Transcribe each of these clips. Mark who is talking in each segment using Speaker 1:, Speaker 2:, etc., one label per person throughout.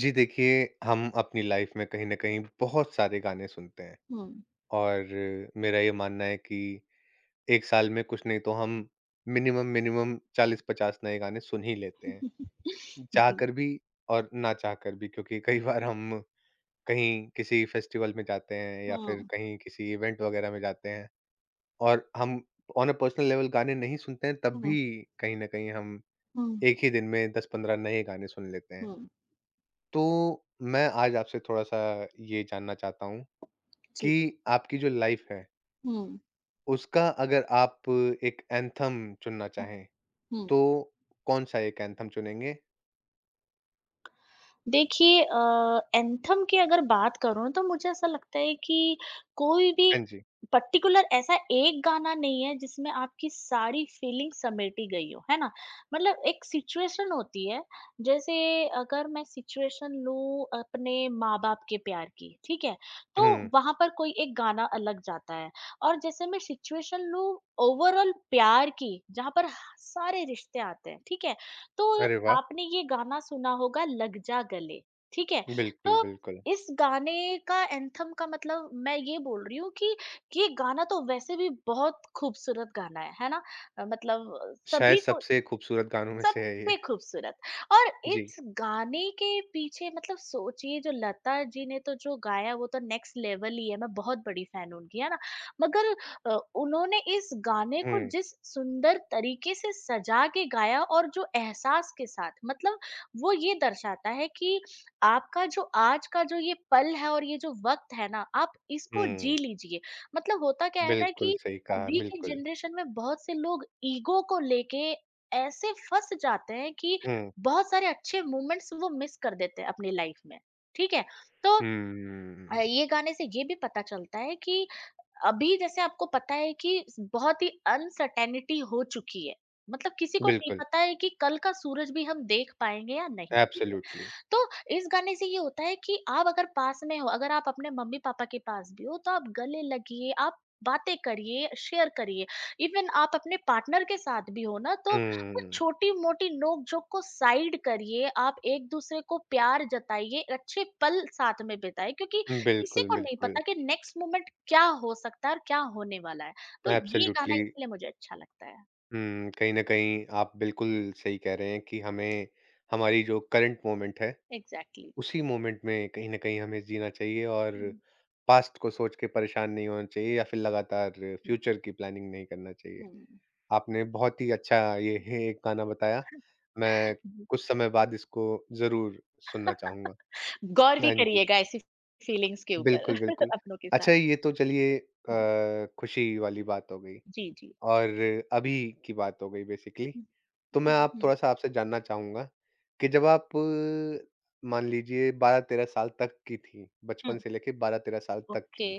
Speaker 1: जी देखिए, हम अपनी लाइफ में कहीं न कहीं बहुत सारे गाने सुनते हैं
Speaker 2: 嗯，
Speaker 1: और मेरा ये मानना है कि 1 साल में कुछ नहीं तो हम मिनिमम 40-50 नए गाने सुन ही लेते हैं।
Speaker 2: 嗯，
Speaker 1: चाहकर भी और ना चाहकर भी क्योंकि कई बार हम कहीं किसी फेस्टिवल में जाते हैं या फिर
Speaker 2: 嗯，
Speaker 1: कहीं किसी इवेंट वगैरह में जाते हैं और हम ऑन अ पर्सनल लेवल गाने नहीं सुनते हैं तब भी
Speaker 2: 嗯，
Speaker 1: कहीं न कहीं हम
Speaker 2: 嗯，
Speaker 1: 1 ही दिन में 10-15 नए गाने सुन लेते हैं।
Speaker 2: 嗯，
Speaker 1: तो मैं आज आपसे थोड़ा-सा ये जानना चाहता हूँ
Speaker 2: 是，
Speaker 1: कि आपकी जो लाइफ़ है,
Speaker 2: 嗯，
Speaker 1: उसका अगर आप एक एंथम चुनना
Speaker 2: 嗯。
Speaker 1: चाहें, तो कौन-सा एक एंथम चुनेंगे?
Speaker 2: देखिए एंथम की अगर बात करूँ तो मुझे ऐसा लगता है कि कोई भी
Speaker 1: हाँ जी।
Speaker 2: पर्टिकुलर ऐसा एक गाना नहीं है जिसमें आपकी सारी फीलिंग समेटी गई हो, है ना? मतलब एक सिचुएशन होती है, जैसे अगर मैं सिचुएशन लूँ अपने माँ-बाप के प्यार की, ठीक है?
Speaker 1: हुँ।
Speaker 2: तो वहाँ पर कोई एक गाना अलग जाता है और जैसे मैं सिचुएशन लूँ ओवरऑल प्यार की, जहाँ पर सारे रिश्ते आते हैं, ठीक है? तो
Speaker 1: अरे वाह!
Speaker 2: आपने ये गाना सुना होगा लग जा गले ठीक है तो
Speaker 1: बिल्कुल, बिल्कुल।
Speaker 2: इस गाने का एंथम का मतलब मैं ये बोल रही हूँ कि ये गाना तो वैसे भी बहुत खूबसूरत गाना है ना मतलब
Speaker 1: शायद
Speaker 2: सभी को
Speaker 1: सबसे खूबसूरत गानों में से है ये।
Speaker 2: सबसे खूबसूरत और
Speaker 1: जी।
Speaker 2: इस गाने के पीछे मतलब सोचिए जो लता जी ने तो जो गाया वो तो नेक्स्ट लेवल ही है मैं बहुत बड़ी फैन उनकी है ना मगर उन्होंने इस गाने को
Speaker 1: हुँ,
Speaker 2: जिस सुंदर तरीके से सजा के गाया और जो एहसास के साथ मतलब वो ये दर्शाता है कि आपका जो आज का जो ये पल है और ये जो वक्त है ना आप इसको
Speaker 1: हुँ।
Speaker 2: जी लीजिए मतलब होता क्या है ना
Speaker 1: बिल्कुल
Speaker 2: कि
Speaker 1: सही कहा,
Speaker 2: अभी के
Speaker 1: बिल्कुल।
Speaker 2: जनरेशन में बहुत से लोग ईगो को लेके ऐसे फँस जाते हैं कि
Speaker 1: हुँ,
Speaker 2: बहुत सारे अच्छे मोमेंट्स वो मिस कर देते हैं अपनी लाइफ में, ठीक है? तो
Speaker 1: हुँ।
Speaker 2: ये गाने से ये भी पता चलता है कि अभी जैसे आपको पता है कि स बहुत ही अनसर्टेनिटी हो चुकी है। मतलब किसी को नहीं
Speaker 1: बिल्कुल,
Speaker 2: पता है कि कल का सूरज भी हम देख पाएँगे या नहीं? ठीक है।
Speaker 1: एब्सोल्युटली।
Speaker 2: तो इस गाने से ये होता है कि आप अगर पास में हो, अगर आप अपने मम्मी-पापा के पास भी हो, तो आप गले लगिए, आप बातें करिए, शेयर करिए। इवन आप अपने पार्टनर के साथ भी हो ना, तो वो
Speaker 1: हुँ,
Speaker 2: छोटी-मोटी नोक-झोंक को साइड करिए, आप एक-दूसरे को प्यार जताइए, अच्छे पल साथ में बिताएँ क्योंकि किसी
Speaker 1: बिल्कुल,
Speaker 2: को नहीं
Speaker 1: बिल्कुल।
Speaker 2: पता कि नेक्स्ट मोमेंट क्या हो सकता है और क्या होने वाला है। तो ये गाना
Speaker 1: एब्सोल्युटली।
Speaker 2: इसलिए मुझे अच्छा लगता है।
Speaker 1: हुँ, कहीं न कहीं आप बिल्कुल सही कह रहे हैं कि हमें हमारी जो करंट मोमेंट है,
Speaker 2: एग्ज़ैक्टली
Speaker 1: उसी मोमेंट में कहीं न कहीं हमें जीना चाहिए और
Speaker 2: हुँ,
Speaker 1: पास्ट को सोच के परेशान नहीं होना चाहिए या फिर लगातार
Speaker 2: जी,
Speaker 1: फ्यूचर की प्लानिंग नहीं करना चाहिए। आपने बहुत ही अच्छा ये है एक गाना बताया, मैं
Speaker 2: हुँ।
Speaker 1: कुछ समय बाद इसको ज़रूर सुनना चाहूँगा।
Speaker 2: गौर भी
Speaker 1: हाँ जी,
Speaker 2: करिएगा ऐसी फीलिंग्स के ऊपर
Speaker 1: बिल्कुल, बिल्कुल।
Speaker 2: अपनों के
Speaker 1: अच्छा
Speaker 2: साथ।
Speaker 1: ये तो चलिए
Speaker 2: हुँ,
Speaker 1: खुशी वाली बात हो गई
Speaker 2: जी, जी।
Speaker 1: और अभी की बात हो गई बेसिकली।
Speaker 2: हुँ।
Speaker 1: तो मैं
Speaker 2: हुँ,
Speaker 1: आप
Speaker 2: हुँ,
Speaker 1: थोड़ा-सा आपसे जानना चाहूँगा कि जब आप मान लीजिए 12-13 साल तक की थी,
Speaker 2: हुँ।
Speaker 1: बचपन से लेके 12-13 साल तक
Speaker 2: ओके।
Speaker 1: की,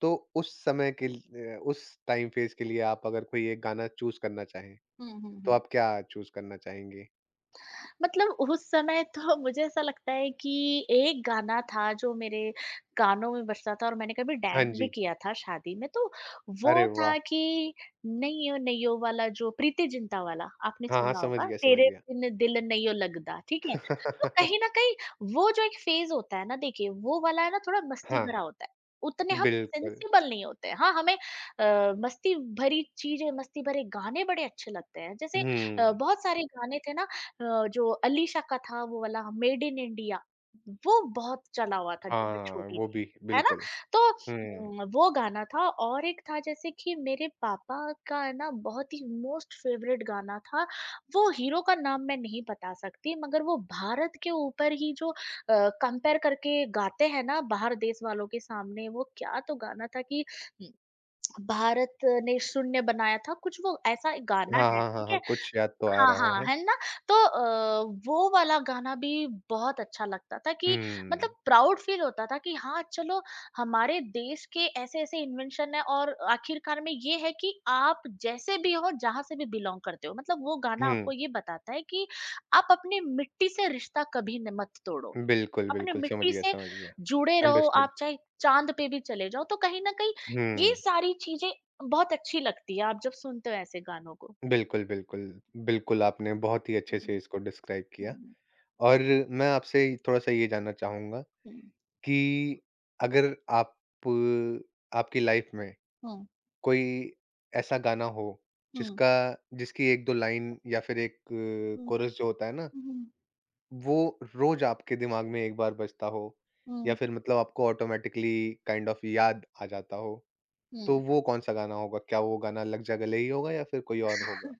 Speaker 1: तो उस समय के ल अ, उस टाइम फेज़ के लिए आप अगर कोई एक गाना चूज़ करना चाहें,
Speaker 2: हुँ, हुँ,
Speaker 1: तो
Speaker 2: हुँ।
Speaker 1: आप क्या चूज़ करना चाहेंगे?
Speaker 2: मतलब उस समय तो मुझे ऐसा लगता है कि एक गाना था जो मेरे कानों में बजता था और मैंने कभी
Speaker 1: हाँ
Speaker 2: डांस भी
Speaker 1: जी।
Speaker 2: किया था शादी में, तो
Speaker 1: अरे
Speaker 2: वो
Speaker 1: वाह!
Speaker 2: था कि नैयो नैयो वाला जो प्रीति जिंटा वाला आपने
Speaker 1: हाँ, हाँ,
Speaker 2: सुना
Speaker 1: समझ
Speaker 2: होगा,
Speaker 1: गया, समझ
Speaker 2: तेरे
Speaker 1: गया।
Speaker 2: बिन दिल नैयो लगदा, ठीक है? तो कहीं न कहीं वो जो एक फ़ेज़ होता है ना देखिए, वो वाला है ना थोड़ा मस्ती
Speaker 1: हाँ,
Speaker 2: भरा होता है, उतने हम
Speaker 1: बिल्कुल।
Speaker 2: सेंसिबल नहीं होते हैं। हाँ, हमें मस्ती भरी चीज़ें, मस्ती भरे गाने बड़े अच्छे लगते हैं। जैसे
Speaker 1: हुँ,
Speaker 2: बहुत सारे गाने थे ना जो अलीशा का था वो वाला मेड इन इंडिया वो बहुत चला हुआ था जब मैं
Speaker 1: हाँ,
Speaker 2: छोटी
Speaker 1: वो
Speaker 2: थी
Speaker 1: भी
Speaker 2: है ना
Speaker 1: बिल्कुल।
Speaker 2: तो
Speaker 1: हुँ।
Speaker 2: वो गाना था और एक था जैसे कि मेरे पापा का है ना बहुत ही मोस्ट फेवरेट गाना था वो हीरो का नाम मैं नहीं बता सकती मगर वो भारत के ऊपर ही जो कंपेयर करके गाते हैं ना बाहर देश वालों के सामने वो क्या तो गाना था कि हम्म, भारत ने शून्य बनाया था कुछ वो ऐसा एक गाना
Speaker 1: हाँ,
Speaker 2: है
Speaker 1: हाँ, हाँ,
Speaker 2: ठीक है
Speaker 1: हाँ, कुछ याद तो आ
Speaker 2: हाँ,
Speaker 1: रहा
Speaker 2: हाँ,
Speaker 1: है।
Speaker 2: है ना? तो वो वाला गाना भी बहुत अच्छा लगता था कि
Speaker 1: हुँ,
Speaker 2: मतलब प्राउड फील होता था कि हाँ, चलो हमारे देश के ऐसे-ऐसे इन्वेंशन हैं और आखिरकार में ये है कि आप जैसे भी हो, जहाँ से भी बिलॉन्ग करते हो। मतलब वो गाना आपको
Speaker 1: हुँ।
Speaker 2: ये बताता है कि आप अपनी मिट्टी से रिश्ता कभी न मत तोड़ो।
Speaker 1: बिल्कुल,
Speaker 2: अपने
Speaker 1: बिल्कुल। समझ
Speaker 2: मिट्टी
Speaker 1: गया,
Speaker 2: से
Speaker 1: समझ गया।
Speaker 2: जुड़े रहो,
Speaker 1: अंडरस्टूड।
Speaker 2: आप चाहे चाँद पे भी चले जाओ। तो कहीं न कहीं ये
Speaker 1: हुँ।
Speaker 2: सारी चीज़ें बहुत अच्छी लगती है, आप जब सुनते हो ऐसे गानों को।
Speaker 1: बिल्कुल, बिल्कुल। बिल्कुल, आपने बहुत ही अच्छे से
Speaker 2: हुँ,
Speaker 1: इसको डिस्क्राइब
Speaker 2: हुँ,
Speaker 1: किया
Speaker 2: हुँ,
Speaker 1: और मैं आपसे थोड़ा-सा ये जानना चाहूँगा
Speaker 2: हुँ।
Speaker 1: कि अगर आप आपकी लाइफ़ में
Speaker 2: हुँ,
Speaker 1: कोई ऐसा गाना हो
Speaker 2: हुँ,
Speaker 1: जिसका जिसकी 1-2 लाइन या फिर एक
Speaker 2: हुँ,
Speaker 1: कोरस जो होता है ना,
Speaker 2: हुँ,
Speaker 1: वो रोज़ आपके दिमाग में एक बार बजता हो या
Speaker 2: हुँ,
Speaker 1: फिर मतलब आपको ऑटोमैटिकली काइंड ऑफ याद आ जाता हो तो
Speaker 2: हुँ।
Speaker 1: वो कौन-सा गाना होगा? क्या वो गाना लग जा गले ही होगा या फिर कोई और होगा?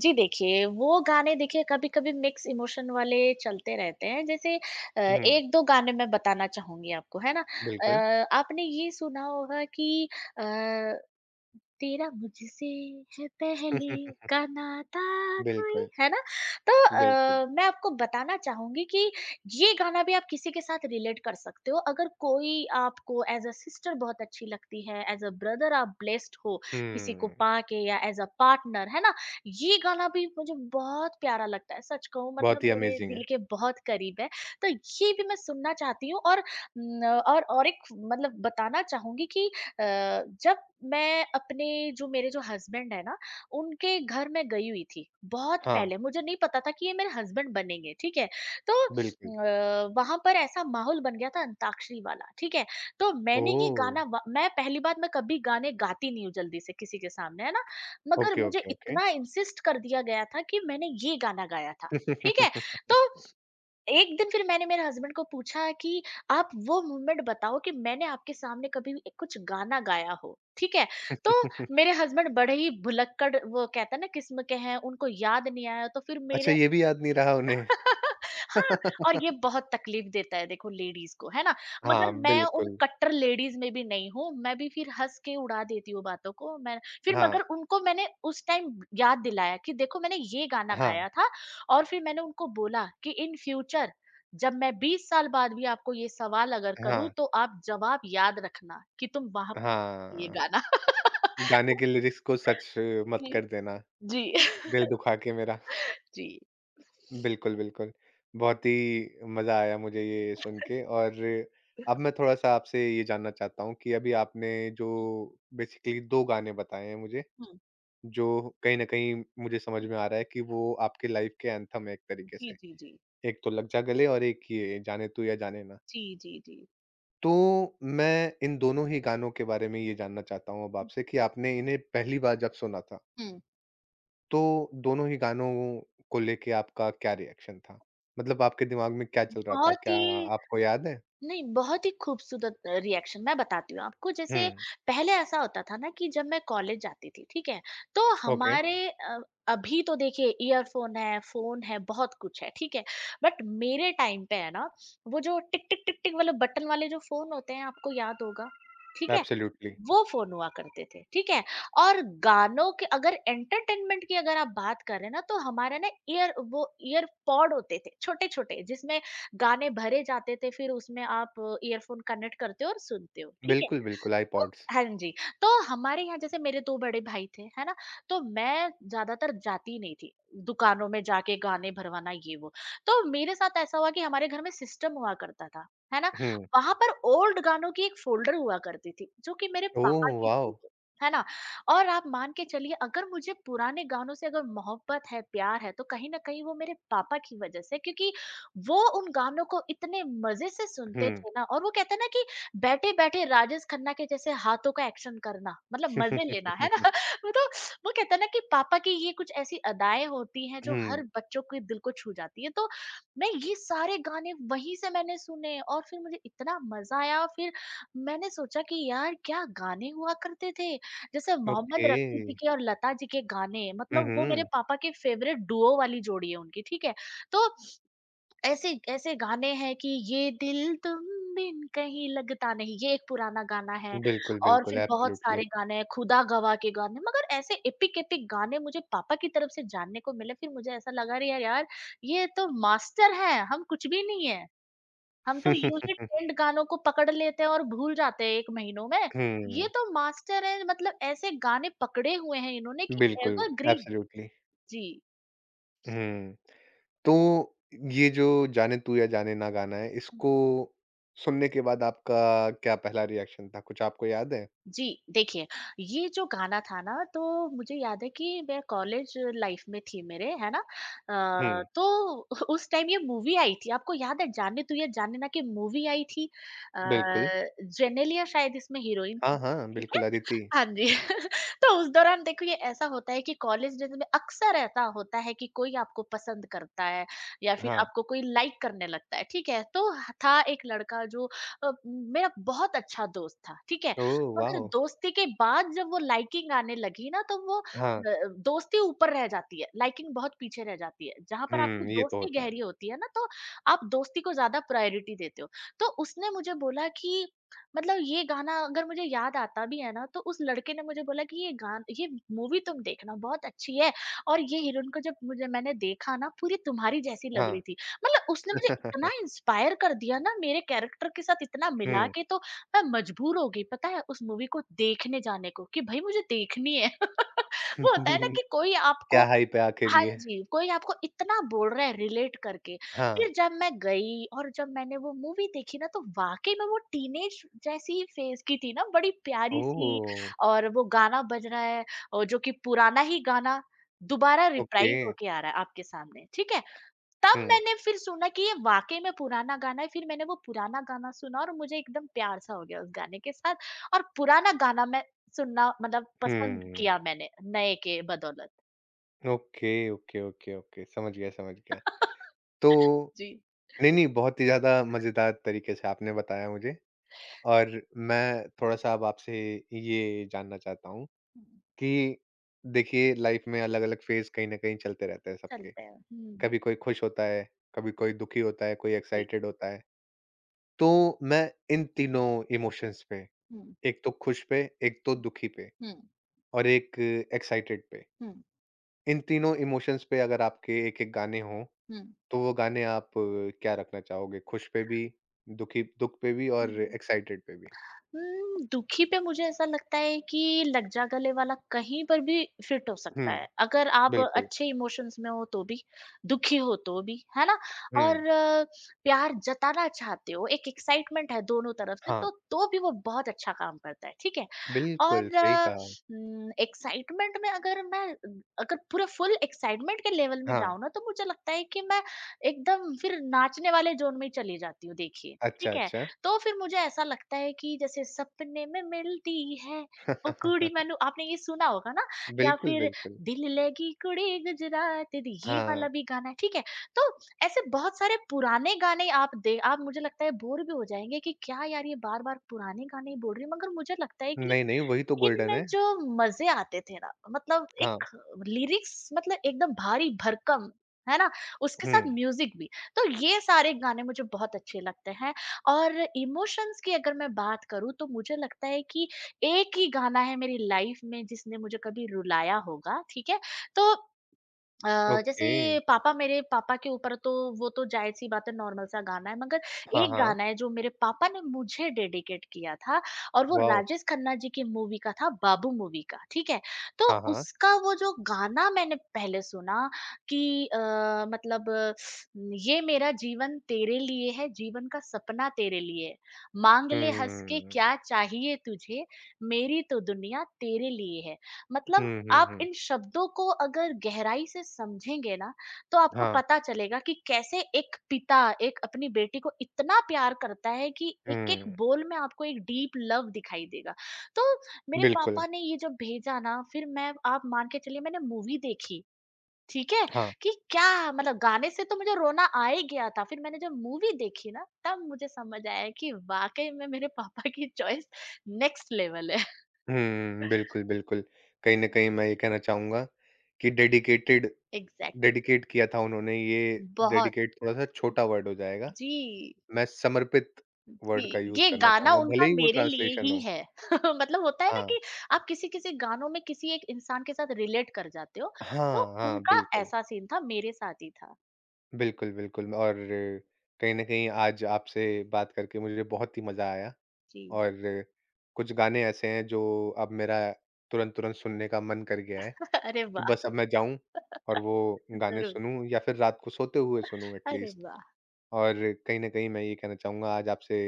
Speaker 2: जी, देखिए वो गाने देखिए कभी-कभी मिक्स इमोशन वाले चलते रहते हैं जैसे
Speaker 1: हुँ,
Speaker 2: 1-2 गाने मैं बताना चाहूँगी आपको, है ना?
Speaker 1: बिल्कुल।
Speaker 2: आपने ये सुना होगा कि अ तेरा मुझसे है पहले का नाता कोई
Speaker 1: बिल्कुल,
Speaker 2: है ना तो
Speaker 1: बिल्कुल।
Speaker 2: मैं आपको बताना चाहूंगी कि ये गाना भी आप किसी के साथ रिलेट कर सकते हो अगर कोई आपको एज अ सिस्टर बहुत अच्छी लगती है एज अ ब्रदर आप ब्लेस्ड हो किसी को
Speaker 1: हुँ,
Speaker 2: पाके या एज अ पार्टनर है ना ये गाना भी मुझे बहुत प्यारा लगता है सच कहूँ मतलब
Speaker 1: बहुत ही
Speaker 2: मेरे
Speaker 1: अमेज़िंग है।
Speaker 2: दिल के बहुत करीब है तो ये भी मैं सुनना चाहती हूँ और न, और एक मतलब बताना चाहूंगी कि अ, जब मैं अपने जो मेरे जो हस्बैंड है ना, उनके घर मैं गई हुई थी, बहुत
Speaker 1: हाँ,
Speaker 2: पहले मुझे नहीं पता था कि ये मेरे हस्बैंड बनेंगे, ठीक है। तो
Speaker 1: बिल्कुल।
Speaker 2: वहाँ पर ऐसा माहौल बन गया था अंताक्षरी वाला, ठीक है। तो मैंने ये
Speaker 1: ओह!
Speaker 2: गाना वा मैं पहली बात मैं कभी गाने गाती नहीं हूँ जल्दी से किसी के सामने, है ना। मगर
Speaker 1: ओके,
Speaker 2: मुझे
Speaker 1: ओके, ओके।
Speaker 2: इतना इंसिस्ट कर दिया गया था कि मैंने ये गाना गाया था, ठीक है। तो एक दिन फिर मैंने मेरे हस्बैंड को पूछा कि आप वो मूवमेंट बताओ कि मैंने आपके सामने कभी भी कुछ गाना गाया हो, ठीक है? तो मेरे हस्बैंड बड़े ही भुलक्कड़ वो कहते हैं ना किस्म के हैं, उनको याद नहीं आया तो फिर
Speaker 1: अच्छा
Speaker 2: मेरे
Speaker 1: ये भी याद नहीं रहा उन्हें।
Speaker 2: हाँ, और ये बहुत तकलीफ देता है देखो लेडीज़ को, है ना?
Speaker 1: हाँ,
Speaker 2: मगर मैं उन
Speaker 1: बिल्कुल।
Speaker 2: कट्टर लेडीज़ में भी नहीं हूँ, मैं भी फिर हँस के उड़ा देती हूँ बातों को, मैं फिर
Speaker 1: हाँ,
Speaker 2: मगर उनको मैंने उस टाइम याद दिलाया कि देखो मैंने ये गाना
Speaker 1: हाँ,
Speaker 2: गाया था और फिर मैंने उनको बोला कि इन फ्यूचर जब मैं 20 साल बाद भी आपको ये सवाल अगर करूँ
Speaker 1: हाँ,
Speaker 2: तो आप जवाब याद रखना कि तुम वहाँ पे ये
Speaker 1: हाँ।
Speaker 2: गाना
Speaker 1: गाने के लिरिक्स को सच मत
Speaker 2: जी,
Speaker 1: कर देना,
Speaker 2: जी,
Speaker 1: दिल दुखा के मेरा।
Speaker 2: जी।
Speaker 1: बिल्कुल, बिल्कुल। बहुत ही मज़ा आया मुझे ये सुन के और अब मैं थोड़ा-सा आपसे ये जानना चाहता हूँ कि अभी आपने जो बेसिकली 2 गाने बताए हैं मुझे,
Speaker 2: हुँ,
Speaker 1: जो कहीं न कहीं मुझे समझ
Speaker 2: हुँ।
Speaker 1: में आ रहा है कि वो आपके लाइफ़ के एंथम है एक तरीके
Speaker 2: जी,
Speaker 1: से।
Speaker 2: जी, जी।
Speaker 1: एक तो लग जा गले और एक ये जाने तू या जाने ना।
Speaker 2: जी, जी, जी।
Speaker 1: तो मैं इन दोनों ही गानों के बारे में ये जानना चाहता हूँ अब आपसे कि आपने इन्हें पहली बार जब सुना था
Speaker 2: हुँ।
Speaker 1: तो दोनों ही गानों को लेके आपका क्या रिएक्शन था? मतलब आपके दिमाग में क्या चल रहा था?
Speaker 2: बहुत
Speaker 1: क्या
Speaker 2: ही
Speaker 1: आपको याद है?
Speaker 2: नहीं, बहुत ही खूबसूरत रिएक्शन मैं बताती हूँ आपको।
Speaker 1: हुँ,
Speaker 2: जैसे पहले ऐसा होता था ना कि जब मैं कॉलेज जाती थी, ठीक है? तो
Speaker 1: ओके,
Speaker 2: हमारे अभी तो देखिए ईयरफ़ोन है, फ़ोन है, बहुत कुछ है, ठीक है? बट मेरे टाइम पे है ना, वो जो टिक, टिक, टिक, टिक वाले बटन वाले जो फ़ोन होते हैं, आपको याद होगा, ठीक है?
Speaker 1: एब्सोल्युटली।
Speaker 2: वो फ़ोन हुआ करते थे, ठीक है? और गानों के अगर एंटरटेनमेंट की अगर आप बात करें ना तो हमारा ना ईयर वो ईयर पॉड होते थे, छोटे-छोटे जिसमें गाने भरे जाते थे फिर उसमें आप ईयरफ़ोन कनेक्ट करते हो और सुनते हो, ठीक है?
Speaker 1: बिल्कुल, बिल्कुल
Speaker 2: तो
Speaker 1: आइपॉड्स।
Speaker 2: हाँ जी, तो हमारे यहाँ जैसे मेरे 2 बड़े भाई थे, है ना? तो मैं ज़्यादातर जाती नहीं थी, दुकानों में जाके गाने भरवाना ये वो। तो मेरे साथ ऐसा हुआ कि हमारे घर में सिस्टम हुआ करता था, है ना?
Speaker 1: हुँ,
Speaker 2: वहाँ पर ओल्ड गानों की एक फ़ोल्डर हुआ करती थी, जो कि मेरे
Speaker 1: ओह
Speaker 2: पापा की
Speaker 1: वाओ!
Speaker 2: थी वो, है ना? और आप मान के चलिए अगर मुझे पुराने गानों से अगर मोहब्बत है, प्यार है, तो कहीं न कहीं वो मेरे पापा की वजह से क्योंकि वो उन गानों को इतने मज़े से सुनते
Speaker 1: हुँ।
Speaker 2: थे ना और वो कहते हैं ना कि बैठे-बैठे राजेश खन्ना के जैसे हाथों का एक्शन करना, मतलब मज़े लेना, है ना?
Speaker 1: हुँ,
Speaker 2: वो तो वो कहते हैं ना कि पापा की ये कुछ ऐसी अदाएँ होती हैं जो हर बच्चों के दिल को छू जाती है। तो मैं ये सारे गाने वहीं से मैंने सुने और फिर मुझे इतना मज़ा आया और फिर मैंने सोचा कि यार क्या गाने हुआ करते थे। जैसे मोहम्मद
Speaker 1: ओके।
Speaker 2: रफ़ी जी के और लता जी के गाने
Speaker 1: हुँ,
Speaker 2: मतलब वो मेरे
Speaker 1: हुँ।
Speaker 2: पापा के फ़ेवरेट डुओ वाली जोड़ी है उनकी, ठीक है? तो ऐसे ऐसे गाने हैं कि ये दिल तुम बिन कहीं लगता नहीं, ये एक पुराना गाना है
Speaker 1: बिल्कुल,
Speaker 2: और फिर
Speaker 1: बिल्कुल
Speaker 2: बहुत
Speaker 1: एब्सोल्युटली।
Speaker 2: सारे गाने हैं, खुदा गवाह के गाने मगर ऐसे एपिक एपिक गाने मुझे पापा की तरफ से जानने को मिले, फिर मुझे ऐसा लगा अरे यार यार, ये तो मास्टर हैं, हम कुछ भी नहीं है। हम तो यूं ही ट्रेंड गानों को पकड़ लेते हैं और भूल जाते हैं 1 महीनों में। ये
Speaker 1: हुँ,
Speaker 2: तो मास्टर हैं मतलब ऐसे गाने पकड़े हुए हैं इन्होंने कि
Speaker 1: बिल्कुल
Speaker 2: एवरग्रीन।
Speaker 1: एब्सोल्युटली।
Speaker 2: जी।
Speaker 1: हुँ। तो ये जो जाने तू या जाने ना गाना है, इसको सुनने के बाद आपका क्या पहला रिएक्शन था? कुछ आपको याद है?
Speaker 2: जी, देखिए, ये जो गाना था ना तो मुझे याद है कि मैं कॉलेज लाइफ़ में थी मेरे, है ना?
Speaker 1: हुँ,
Speaker 2: तो उस टाइम ये मूवी आई थी, आपको याद है जाने तू या जाने ना की मूवी आई थी। अ,
Speaker 1: बिल्कुल।
Speaker 2: जेनेलिया शायद इसमें हीरोइन थी,
Speaker 1: हाँ, हाँ,
Speaker 2: ठीक
Speaker 1: बिल्कुल
Speaker 2: है?
Speaker 1: अदिति।
Speaker 2: हाँ जी, तो उस दौरान देखो ये ऐसा होता है कि कॉलेज डेज़ में अक्सर ऐसा होता है कि कोई आपको पसंद करता है या फिर
Speaker 1: हाँ।
Speaker 2: आपको कोई लाइक करने लगता है, ठीक है? तो था एक लड़का जो मेरा बहुत अच्छा दोस्त था, ठीक है?
Speaker 1: ओह
Speaker 2: मगर
Speaker 1: वाओ!
Speaker 2: दोस्ती के बाद जब वो लाइकिंग आने लगी ना तो वो
Speaker 1: हाँ।
Speaker 2: दोस्ती ऊपर रह जाती है, लाइकिंग बहुत पीछे रह जाती है। जहाँ पर आपकी
Speaker 1: हुँ, ये तो
Speaker 2: दोस्ती
Speaker 1: होता है।
Speaker 2: गहरी होती है ना तो आप दोस्ती को ज़्यादा प्रायोरिटी देते हो। तो उसने मुझे बोला कि मतलब ये गाना अगर मुझे याद आता भी है ना तो उस लड़के ने मुझे बोला कि ये गान ये मूवी तुम देखना बहुत अच्छी है और ये हीरोइन को जब मुझे मैंने देखा ना पूरी तुम्हारी जैसी लग
Speaker 1: हाँ।
Speaker 2: रही थी। मतलब उसने मुझे इतना इंस्पायर कर दिया ना मेरे कैरेक्टर के साथ इतना मिला
Speaker 1: हुँ।
Speaker 2: के तो मैं मजबूर हो गई पता है उस मूवी को देखने जाने को कि भाई मुझे देखनी है। वो होता है ना कि कोई
Speaker 1: क्या
Speaker 2: आपको
Speaker 1: हाइप है आखिर
Speaker 2: हाँ
Speaker 1: ये?
Speaker 2: जी, कोई आपको इतना बोल रहा है रिलेट करके।
Speaker 1: हाँ।
Speaker 2: फिर जब मैं गई और जब मैंने वो मूवी देखी ना तो वाक़ई में वो टीनेज जैसी ही फेज़ की थी ना, बड़ी प्यारी-सी
Speaker 1: ओह!
Speaker 2: और वो गाना बज रहा है और जो कि पुराना ही गाना दोबारा
Speaker 1: ओके।
Speaker 2: रिप्राइज़ होके आ रहा है आपके सामने, ठीक है? तब
Speaker 1: हुँ,
Speaker 2: मैंने फिर सुना कि ये वाक़ई में पुराना गाना है, फिर मैंने वो पुराना गाना सुना और मुझे एकदम प्यार-सा हो गया उस गाने के साथ और पुराना गाना मैं सुनना मतलब पसंद
Speaker 1: हुँ।
Speaker 2: किया मैंने, नए के बदौलत।
Speaker 1: Okay, okay, okay, okay. समझ गया, समझ गया। तो
Speaker 2: जी।
Speaker 1: नहीं, नहीं बहुत ही ज़्यादा मज़ेदार तरीके से आपने बताया मुझे। और मैं थोड़ा-सा अब आपसे ये जानना चाहता हूँ
Speaker 2: हुँ।
Speaker 1: कि देखिए लाइफ में अलग-अलग फेज़ कहीं न कहीं चलते रहते हैं सबके।
Speaker 2: चलते हैं। हुँ।
Speaker 1: कभी कोई खुश होता है, कभी कोई दुखी होता है, कोई
Speaker 2: जी।
Speaker 1: एक्साइटेड होता है। तो मैं इन तीनों इमोशंस पे,
Speaker 2: हुँ।
Speaker 1: एक तो खुश पे, एक तो
Speaker 2: हुँ।
Speaker 1: दुखी पे
Speaker 2: हुँ,
Speaker 1: और एक एक्साइटेड पे।
Speaker 2: हुँ,
Speaker 1: इन तीनों इमोशंस पे अगर आपके एक-एक गाने हों,
Speaker 2: हुँ,
Speaker 1: तो वो गाने आप क्या रखना चाहोगे? खुश पे भी, दुखी दुःख पे भी और
Speaker 2: हुँ।
Speaker 1: एक्साइटेड पे भी?
Speaker 2: हुँ, दुखी पे मुझे ऐसा लगता है कि लग जा गले वाला कहीं पर भी फिट हो सकता
Speaker 1: हुँ,
Speaker 2: है। अगर आप
Speaker 1: बिल्कुल।
Speaker 2: अच्छे इमोशंस में हो तो भी, दुखी हो तो भी, है ना?
Speaker 1: हुँ,
Speaker 2: और प्यार जताना चाहते हो, एक एक्साइटमेंट है दोनों तरफ से
Speaker 1: हाँ।
Speaker 2: तो भी वो बहुत अच्छा काम करता है, ठीक है?
Speaker 1: बिल्कुल, सही
Speaker 2: और
Speaker 1: कहा।
Speaker 2: एक्साइटमेंट में अगर मैं अगर पूरा फुल एक्साइटमेंट के लेवल में
Speaker 1: हाँ,
Speaker 2: जाऊँ ना तो मुझे लगता है कि मैं एकदम फिर नाचने वाले ज़ोन में ही चली जाती हूँ देखिए,
Speaker 1: अच्छा,
Speaker 2: ठीक है?
Speaker 1: अच्छा।
Speaker 2: तो फिर मुझे ऐसा लगता है कि जैसे सपने में मिलती है ओ कुड़ी मैनू आपने ये सुना होगा ना या
Speaker 1: बिल्कुल,
Speaker 2: फिर
Speaker 1: बिल्कुल।
Speaker 2: दिल लगी कुड़ी गुजरात दी ये
Speaker 1: हाँ,
Speaker 2: वाला भी गाना है, ठीक है? तो ऐसे बहुत सारे पुराने गाने आप मुझे लगता है बोर भी हो जाएंगे कि क्या यार ये बार बार पुराने गाने ही बोल रही हूँ मगर मुझे लगता है कि
Speaker 1: नहीं, नहीं, वही तो गोल्डन
Speaker 2: इनमें
Speaker 1: है।
Speaker 2: जो मजे आते थे ना मतलब
Speaker 1: हाँ,
Speaker 2: एक लिरिक्स मतलब एकदम भारी भरकम है ना उसके
Speaker 1: हुँ,
Speaker 2: साथ म्यूजिक भी, तो ये सारे गाने मुझे बहुत अच्छे लगते हैं। और इमोशंस की अगर मैं बात करूँ तो मुझे लगता है कि एक ही गाना है मेरी लाइफ में जिसने मुझे कभी रुलाया होगा, ठीक है? तो जैसे
Speaker 1: ओके।
Speaker 2: पापा मेरे पापा के ऊपर तो वो तो जाहिर-सी बात है नॉर्मल सा गाना है, मगर
Speaker 1: हाँ,
Speaker 2: एक
Speaker 1: हाँ,
Speaker 2: गाना है जो मेरे पापा ने मुझे डेडिकेट किया था और वो
Speaker 1: वॉव!
Speaker 2: राजेश खन्ना जी की मूवी का था, बाबू मूवी का, ठीक है? तो
Speaker 1: हाँ, हाँ,
Speaker 2: उसका वो जो गाना मैंने पहले सुना कि अ, मतलब ये मेरा जीवन तेरे लिए है, जीवन का सपना तेरे लिए है, माँग ले हँस के
Speaker 1: हुँ।
Speaker 2: क्या चाहिए तुझे, मेरी तो दुनिया तेरे लिए है। मतलब
Speaker 1: हुँ, हुँ,
Speaker 2: आप
Speaker 1: हुँ,
Speaker 2: इन शब्दों को अगर गहराई से समझेंगे ना, तो आपको
Speaker 1: हाँ,
Speaker 2: पता चलेगा कि कैसे एक पिता एक अपनी बेटी को इतना प्यार करता है कि एक-एक
Speaker 1: हुँ,
Speaker 2: बोल में आपको एक डीप लव दिखाई देगा। तो मेरे
Speaker 1: बिल्कुल,
Speaker 2: पापा ने ये जब भेजा ना, फिर मैं आप मान के चलिए मैंने मूवी देखी, ठीक है?
Speaker 1: हाँ,
Speaker 2: कि क्या मतलब गाने से तो मुझे रोना आ ही गया था, फिर मैंने जब मूवी देखी ना, तब मुझे समझ आया कि वाक़ई में मेरे पापा की चॉइस नेक्स्ट लेवल है।
Speaker 1: हुँ, बिल्कुल, बिल्कुल। कहीं न कहीं मैं ये कहना चाहूँगा कि डेडिकेटेड
Speaker 2: एग्ज़ैक्टली,
Speaker 1: डेडिकेट किया था उन्होंने, ये
Speaker 2: बहुत।
Speaker 1: डेडिकेट थोड़ा-सा छोटा वर्ड हो जाएगा।
Speaker 2: जी,
Speaker 1: मैं समर्पित
Speaker 2: जी,
Speaker 1: वर्ड का यूज़
Speaker 2: ये
Speaker 1: करना
Speaker 2: गाना
Speaker 1: चाहूँगा, भले
Speaker 2: उनका
Speaker 1: ही वो
Speaker 2: मेरे लिए
Speaker 1: ट्रांसलेशन
Speaker 2: ही
Speaker 1: हो।
Speaker 2: है। मतलब होता है ना
Speaker 1: हाँ।
Speaker 2: कि आप किसी-किसी गानों में किसी एक इंसान के साथ रिलेट कर जाते हो, तो
Speaker 1: हाँ, हाँ,
Speaker 2: उनका
Speaker 1: बिल्कुल।
Speaker 2: ऐसा सीन था, मेरे साथ ही था।
Speaker 1: बिल्कुल, बिल्कुल और कहीं न कहीं आज आपसे बात करके मुझे बहुत ही मज़ा आया
Speaker 2: जी।
Speaker 1: और कुछ गाने ऐसे हैं जो अब मेरा तुरंत-तुरंत सुनने का मन कर गया है
Speaker 2: अरे
Speaker 1: कि
Speaker 2: वाह!
Speaker 1: बस अब मैं जाऊँ और वो गाने
Speaker 2: ज़रूर।
Speaker 1: सुनूँ या फिर रात को सोते हुए सुनूँ एट
Speaker 2: अरे
Speaker 1: लीस्ट
Speaker 2: वाह!
Speaker 1: और कहीं न कहीं मैं ये कहना चाहूँगा आज आपसे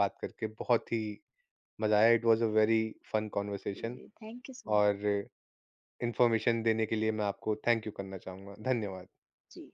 Speaker 1: बात करके बहुत ही मज़ा आया। It was a very fun
Speaker 2: जी,
Speaker 1: कन्वर्सेशन
Speaker 2: जी, थैंक यू सो मच।
Speaker 1: और इन्फॉर्मेशन देने के लिए मैं आपको थैंक यू करना चाहूँगा। धन्यवाद।
Speaker 2: जी।